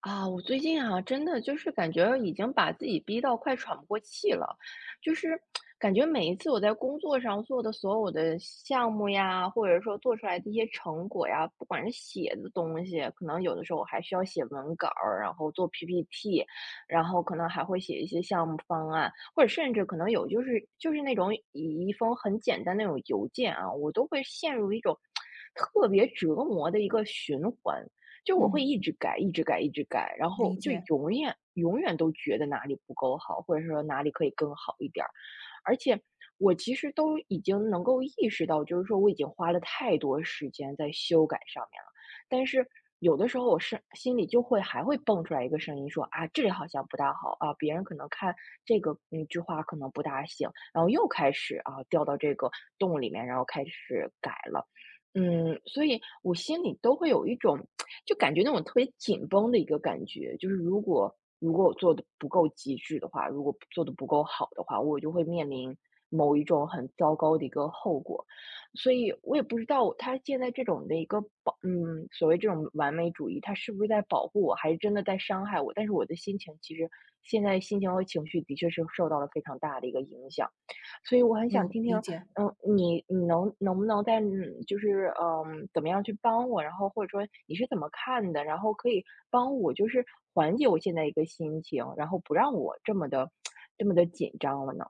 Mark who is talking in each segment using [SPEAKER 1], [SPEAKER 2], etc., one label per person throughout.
[SPEAKER 1] 我最近啊，真的就是感觉已经把自己逼到快喘不过气了，就是感觉每一次我在工作上做的所有的项目呀，或者说做出来的一些成果呀，不管是写的东西，可能有的时候我还需要写文稿儿，然后做 PPT，然后可能还会写一些项目方案，或者甚至可能有就是那种以一封很简单那种邮件啊，我都会陷入一种特别折磨的一个循环。就我会
[SPEAKER 2] 嗯，
[SPEAKER 1] 一直改，一直改，一直改，然后
[SPEAKER 2] 理
[SPEAKER 1] 就
[SPEAKER 2] 解。
[SPEAKER 1] 永远都觉得哪里不够好，或者说哪里可以更好一点儿。而且我其实都已经能够意识到，就是说我已经花了太多时间在修改上面了，但是有的时候我是心里就会还会蹦出来一个声音说啊，这里好像不大好啊，别人可能看这个句话可能不大行，然后又开始掉到这个洞里面，然后开始改了。嗯，所以我心里都会有一种就感觉那种特别紧绷的一个感觉，就是如果我做的不够极致的话，如果做的不够好的话，我就会面临某一种很糟糕的一个后果。所以我也不知道他现在这种的一个所谓这种完美主义，他是不是在保护我，还是真的在伤害我？但是我的心情其实现在心情和情绪的确是受到了非常大的一个影响。所以我很想
[SPEAKER 2] 嗯，
[SPEAKER 1] 听听，
[SPEAKER 2] 理解。
[SPEAKER 1] 嗯，你能不能在就是怎么样去帮我？然后或者说你是怎么看的？然后可以帮我就是缓解我现在一个心情，然后不让我这么的 这么的紧张了呢？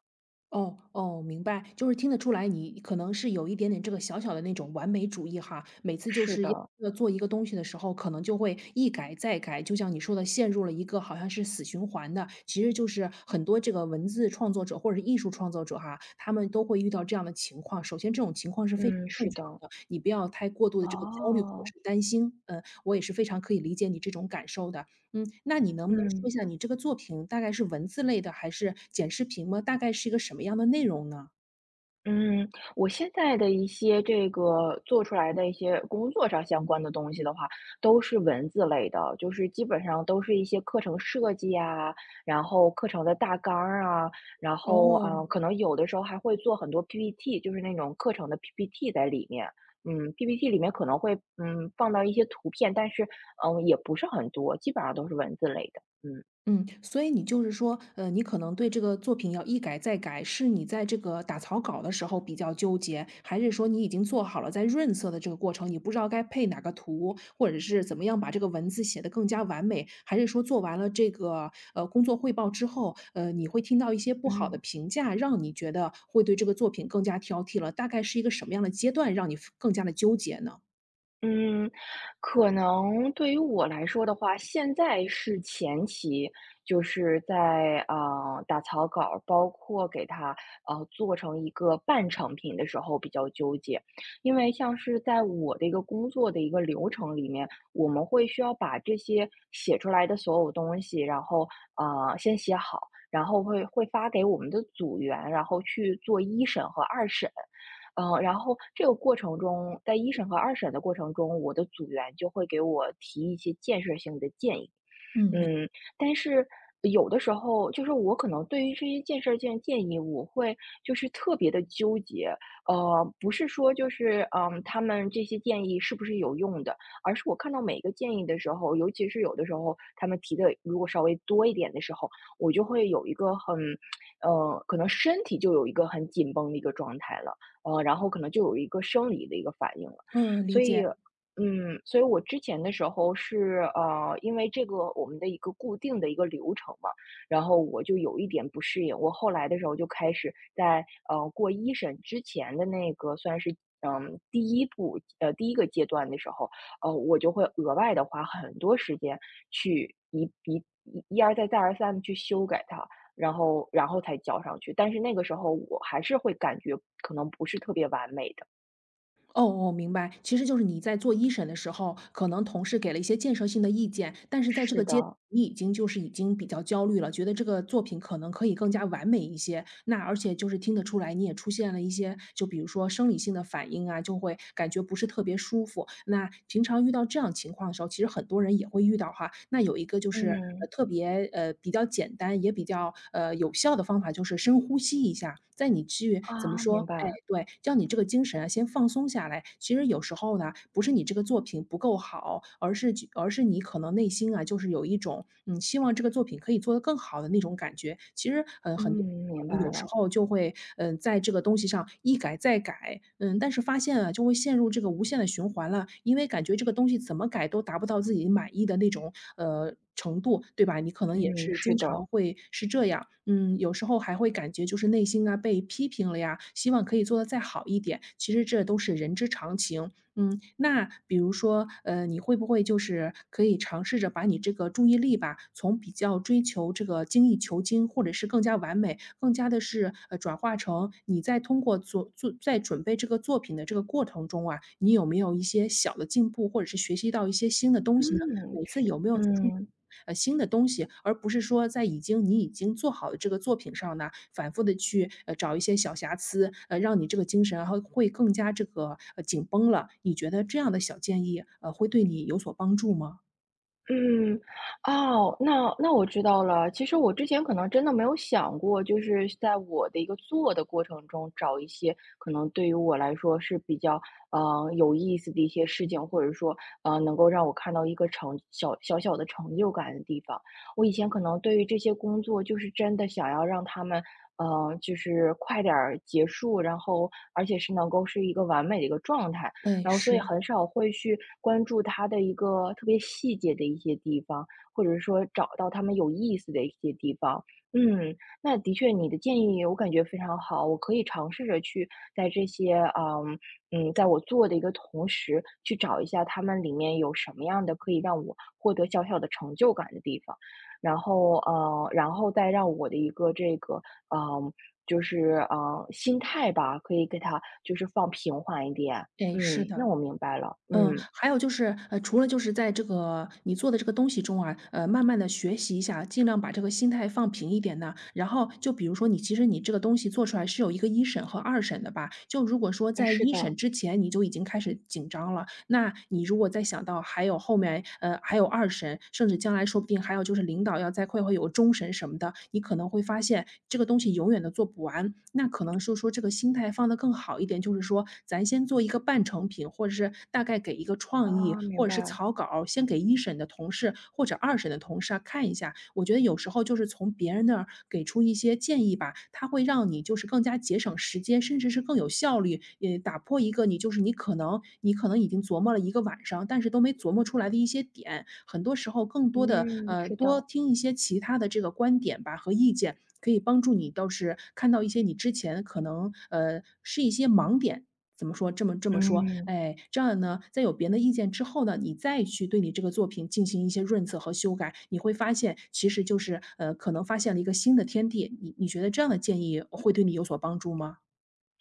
[SPEAKER 2] 哦，明白，就是听得出来，你可能是有一点点这个小小的那种完美主义哈。每次就
[SPEAKER 1] 是
[SPEAKER 2] 是要
[SPEAKER 1] 的，
[SPEAKER 2] 要做一个东西的时候，可能就会一改再改，就像你说的，陷入了一个好像是死循环的。其实就是很多这个文字创作者或者是艺术创作者哈，他们都会遇到这样的情况。首先，这种情况是非常
[SPEAKER 1] 嗯，
[SPEAKER 2] 正
[SPEAKER 1] 是
[SPEAKER 2] 常
[SPEAKER 1] 的，
[SPEAKER 2] 的，你不要太过度的这个焦虑或者
[SPEAKER 1] 哦，
[SPEAKER 2] 是担心。嗯，我也是非常可以理解你这种感受的。嗯，那你能不能说
[SPEAKER 1] 嗯。
[SPEAKER 2] 一下你这个作品大概是文字类的还是剪视频吗？大概是一个什么样的内容呢？
[SPEAKER 1] 嗯，我现在的一些这个做出来的一些工作上相关的东西的话，都是文字类的，就是基本上都是一些课程设计啊，然后课程的大纲儿啊，然后
[SPEAKER 2] 哦。
[SPEAKER 1] 可能有的时候还会做很多 PPT,就是那种课程的 PPT 在里面。嗯，PPT 里面可能会放到一些图片，但是嗯也不是很多，基本上都是文字类的。嗯
[SPEAKER 2] 嗯，所以你就是说，你可能对这个作品要一改再改，是你在这个打草稿的时候比较纠结，还是说你已经做好了在润色的这个过程，你不知道该配哪个图，或者是怎么样把这个文字写得更加完美？还是说做完了这个工作汇报之后，你会听到一些不好的
[SPEAKER 1] 嗯。
[SPEAKER 2] 评价，让你觉得会对这个作品更加挑剔了？大概是一个什么样的阶段，让你更加的纠结呢？
[SPEAKER 1] 嗯，可能对于我来说的话，现在是前期，就是在打草稿，包括给它做成一个半成品的时候比较纠结，因为像是在我的一个工作的一个流程里面，我们会需要把这些写出来的所有东西，然后先写好，然后会发给我们的组员，然后去做一审和二审。呃，然后这个过程中，在一审和二审的过程中，我的组员就会给我提一些建设性的建议。
[SPEAKER 2] 嗯，没
[SPEAKER 1] 嗯，但是有的时候，就是我可能对于这些建设性建议，我会就是特别的纠结。呃，不是说就是他们这些建议是不是有用的，而是我看到每一个建议的时候，尤其是有的时候他们提的如果稍微多一点的时候，我就会有一个很，呃，可能身体就有一个很紧绷的一个状态了。呃，然后可能就有一个生理的一个反应了。
[SPEAKER 2] 呃，理
[SPEAKER 1] 所以，
[SPEAKER 2] 解。
[SPEAKER 1] 嗯，所以我之前的时候是因为这个我们的一个固定的一个流程嘛，然后我就有一点不适应。我后来的时候就开始在过一审之前的那个算是。嗯，第一步，呃，第一个阶段的时候，呃，我就会额外的花很多时间去一一一一而再再而三的去修改它，然后才交上去，但是那个时候我还是会感觉可能不是特别完美的。
[SPEAKER 2] 哦哦，明白。其实就是你在做一审的时候，可能同事给了一些建设性的意见，但是在这
[SPEAKER 1] 是
[SPEAKER 2] 个阶段
[SPEAKER 1] 的，
[SPEAKER 2] 你已经就是已经比较焦虑了，觉得这个作品可能可以更加完美一些。那而且就是听得出来，你也出现了一些，就比如说生理性的反应啊，就会感觉不是特别舒服。那平常遇到这样情况的时候，其实很多人也会遇到哈。那有一个就是
[SPEAKER 1] 嗯，
[SPEAKER 2] 特别比较简单也比较有效的方法，就是深呼吸一下，在你去怎么
[SPEAKER 1] 啊，明
[SPEAKER 2] 说，哎，
[SPEAKER 1] 白，
[SPEAKER 2] 对，叫你这个精神啊先放松下来。其实有时候呢，不是你这个作品不够好，而是你可能内心啊，就是有一种，嗯，希望这个作品可以做得更好的那种感觉。其实，
[SPEAKER 1] 嗯，
[SPEAKER 2] 很多
[SPEAKER 1] 明
[SPEAKER 2] 可能
[SPEAKER 1] 白
[SPEAKER 2] 有时
[SPEAKER 1] 了，
[SPEAKER 2] 候就会，在这个东西上一改再改，嗯，但是发现啊，就会陷入这个无限的循环了，因为感觉这个东西怎么改都达不到自己满意的那种，程度，对吧？你可能
[SPEAKER 1] 嗯，
[SPEAKER 2] 也是
[SPEAKER 1] 是
[SPEAKER 2] 经常
[SPEAKER 1] 的，
[SPEAKER 2] 会是这样，嗯，有时候还会感觉就是内心啊被批评了呀，希望可以做得再好一点。其实这都是人之常情，嗯。那比如说，你会不会就是可以尝试着把你这个注意力吧，从比较追求这个精益求精，或者是更加完美，更加的是转化成你在通过做在准备这个作品的这个过程中啊，你有没有一些小的进步，或者是学习到一些新的东西呢？
[SPEAKER 1] 嗯，
[SPEAKER 2] 每次
[SPEAKER 1] 是，
[SPEAKER 2] 有没有做出，
[SPEAKER 1] 嗯。
[SPEAKER 2] 新的东西，而不是说在已经你已经做好的这个作品上呢，反复的去，找一些小瑕疵，让你这个精神会更加这个，紧绷了。你觉得这样的小建议，会对你有所帮助吗？
[SPEAKER 1] 嗯，哦，那我知道了。其实我之前可能真的没有想过，就是在我的一个做的过程中，找一些可能对于我来说是比较有意思的一些事情，或者说能够让我看到一个小小小的成就感的地方。我以前可能对于这些工作，就是真的想要让他们。呃，就是快点儿结束，然后而且是能够是一个完美的一个状态。
[SPEAKER 2] 哎，
[SPEAKER 1] 然后所以
[SPEAKER 2] 是，
[SPEAKER 1] 很少会去关注它的一个特别细节的一些地方，或者说找到他们有意思的一些地方。嗯，那的确你的建议我感觉非常好，我可以尝试着去在这些，嗯，嗯，在我做的一个同时，去找一下他们里面有什么样的可以让我获得小小的成就感的地方，然后，呃，然后再让我的一个这个，嗯，就是，呃，心态吧，可以给它就是放平缓一点，
[SPEAKER 2] 哎，是
[SPEAKER 1] 嗯，那
[SPEAKER 2] 的。
[SPEAKER 1] 我明白了，
[SPEAKER 2] 嗯，
[SPEAKER 1] 嗯，
[SPEAKER 2] 还有就是，除了就是在这个你做的这个东西中啊，慢慢的学习一下，尽量把这个心态放平一点呢，然后就比如说你其实你这个东西做出来是有一个一审和二审的吧，就如果说
[SPEAKER 1] 诶
[SPEAKER 2] 在
[SPEAKER 1] 是
[SPEAKER 2] 一
[SPEAKER 1] 的，
[SPEAKER 2] 审之前你就已经开始紧张了，那你如果再想到还有后面，还有二审，甚至将来说不定还有就是领导要再会有终审什么的，你可能会发现这个东西永远的做不完。那可能是说这个心态放得更好一点，就是说咱先做一个半成品，或者是大概给一个创意，
[SPEAKER 1] 啊，明
[SPEAKER 2] 或者是
[SPEAKER 1] 白，
[SPEAKER 2] 草稿，先给一审的同事或者二审的同事啊看一下。我觉得有时候就是从别人那儿给出一些建议吧，它会让你就是更加节省时间，甚至是更有效率，也打破一个你可能已经琢磨了一个晚上，但是都没琢磨出来的一些点。很多时候更多的，
[SPEAKER 1] 嗯，是
[SPEAKER 2] 多
[SPEAKER 1] 的，
[SPEAKER 2] 听一些其他的这个观点吧和意见，可以帮助你倒是看到一些你之前可能，是一些盲点，怎么说？
[SPEAKER 1] 嗯，
[SPEAKER 2] 哎，这样呢，在有别人的意见之后呢，你再去对你这个作品进行一些润色和修改，你会发现其实就是，可能发现了一个新的天地。你觉得这样的建议会对你有所帮助吗？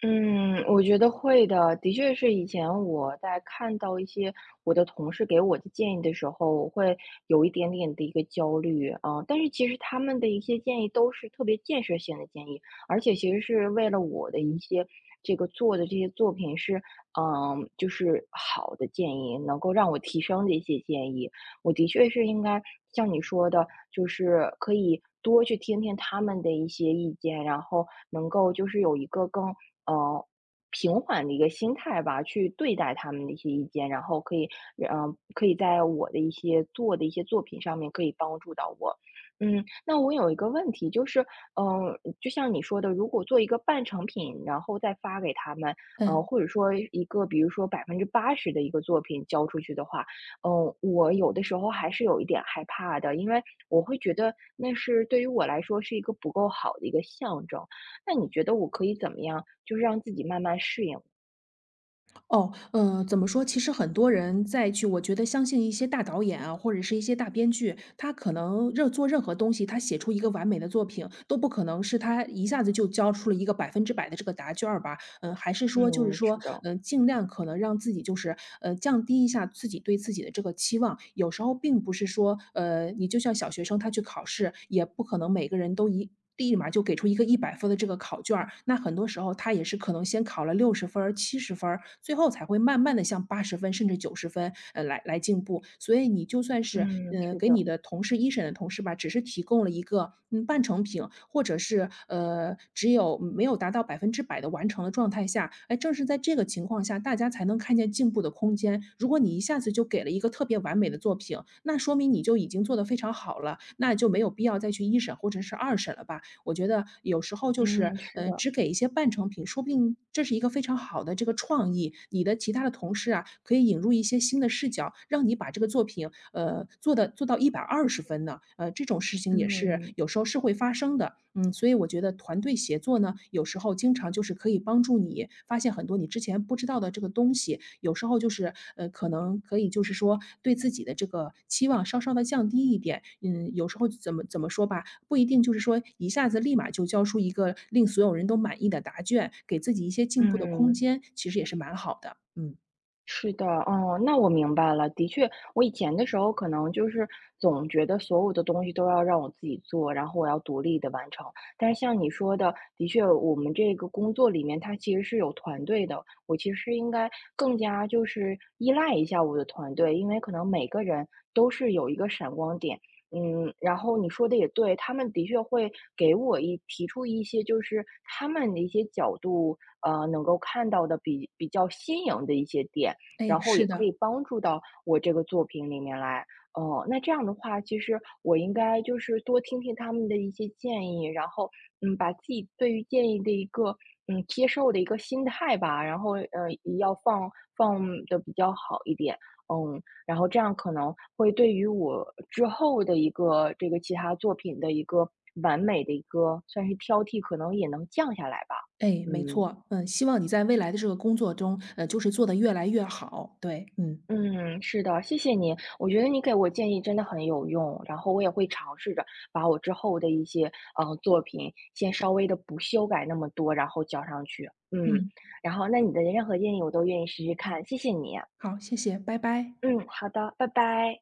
[SPEAKER 1] 嗯，我觉得会的，的确是以前我在看到一些我的同事给我的建议的时候，我会有一点点的一个焦虑啊，但是其实他们的一些建议都是特别建设性的建议，而且其实是为了我的一些这个做的这些作品是，嗯，就是好的建议，能够让我提升的一些建议。我的确是应该像你说的，就是可以多去听听他们的一些意见，然后能够就是有一个更呃平缓的一个心态吧，去对待他们的一些意见，然后可以可以在我的一些做的一些作品上面可以帮助到我。嗯，那我有一个问题，就是，就像你说的，如果做一个半成品，然后再发给他们，呃，
[SPEAKER 2] 嗯，
[SPEAKER 1] 或者说一个比如说80%的一个作品交出去的话，嗯，我有的时候还是有一点害怕的，因为我会觉得那是对于我来说是一个不够好的一个象征。那你觉得我可以怎么样，就是让自己慢慢适应？
[SPEAKER 2] 哦，怎么说？其实很多人再去，我觉得相信一些大导演啊，或者是一些大编剧，他可能任做任何东西，他写出一个完美的作品，都不可能是他一下子就交出了一个百分之百的这个答卷儿吧。嗯，还是说就是
[SPEAKER 1] 嗯，
[SPEAKER 2] 说，
[SPEAKER 1] 是的，
[SPEAKER 2] 嗯，尽量可能让自己就是，降低一下自己对自己的这个期望。有时候并不是说，你就像小学生他去考试，也不可能每个人都立马就给出一个100分的这个考卷儿，那很多时候他也是可能先考了60分儿、70分儿，最后才会慢慢的向80分甚至90分，来进步。服务所以你就算是，
[SPEAKER 1] 嗯，是
[SPEAKER 2] 给你
[SPEAKER 1] 的，
[SPEAKER 2] 的同事一审的同事吧，只是提供了一个，嗯，半成品，或者是，只有没有达到百分之百的完成的状态下，哎，正是在这个情况下，大家才能看见进步的空间。如果你一下子就给了一个特别完美的作品，那说明你就已经做得非常好了，那就没有必要再去一审或者是二审了吧。我觉得有时候就是，
[SPEAKER 1] 嗯，是的，
[SPEAKER 2] 只给一些半成品，说不定这是一个非常好的这个创意。你的其他的同事啊，可以引入一些新的视角，让你把这个作品，做到120分呢。这种事情也是
[SPEAKER 1] 嗯
[SPEAKER 2] 有时候是会发生的。嗯，所以我觉得团队协作呢，有时候经常就是可以帮助你发现很多你之前不知道的这个东西。有时候就是，可能就是说对自己的这个期望稍稍的降低一点。嗯，有时候怎么说吧，不一定就是说一下子立马就交出一个令所有人都满意的答卷，给自己一些进步的空
[SPEAKER 1] 嗯。
[SPEAKER 2] 间，其实也是蛮好的。嗯，
[SPEAKER 1] 是的，哦，那我明白了。的确，我以前的时候可能就是总觉得所有的东西都要让我自己做，然后我要独立的完成。但是像你说的，的确，我们这个工作里面它其实是有团队的。我其实应该更加就是依赖一下我的团队，因为可能每个人都是有一个闪光点。嗯，然后你说的也对，他们的确会给我一提出一些就是他们的一些角度，呃，能够看到的比较新颖的一些点。
[SPEAKER 2] 哎，
[SPEAKER 1] 然后也
[SPEAKER 2] 是
[SPEAKER 1] 可
[SPEAKER 2] 的，
[SPEAKER 1] 以帮助到我这个作品里面来。哦，那这样的话，其实我应该就是多听听他们的一些建议，然后，嗯，把自己对于建议的一个，嗯，接受的一个心态吧，然后，呃，要放的比较好一点，嗯，然后这样可能会对于我之后的一个这个其他作品的一个完美的一个算是挑剔，可能也能降下来吧，
[SPEAKER 2] 哎，没
[SPEAKER 1] 嗯。
[SPEAKER 2] 错，嗯，希望你在未来的这个工作中，就是做得越来越好。对，
[SPEAKER 1] 嗯，是的，谢谢你。我觉得你给我建议真的很有用，然后我也会尝试着把我之后的一些作品先稍微的不修改那么多，然后交上去。嗯，
[SPEAKER 2] 嗯，
[SPEAKER 1] 然后那你的任何建议我都愿意试试看，谢谢你啊。
[SPEAKER 2] 好，谢谢，拜拜。
[SPEAKER 1] 嗯，好的，拜拜。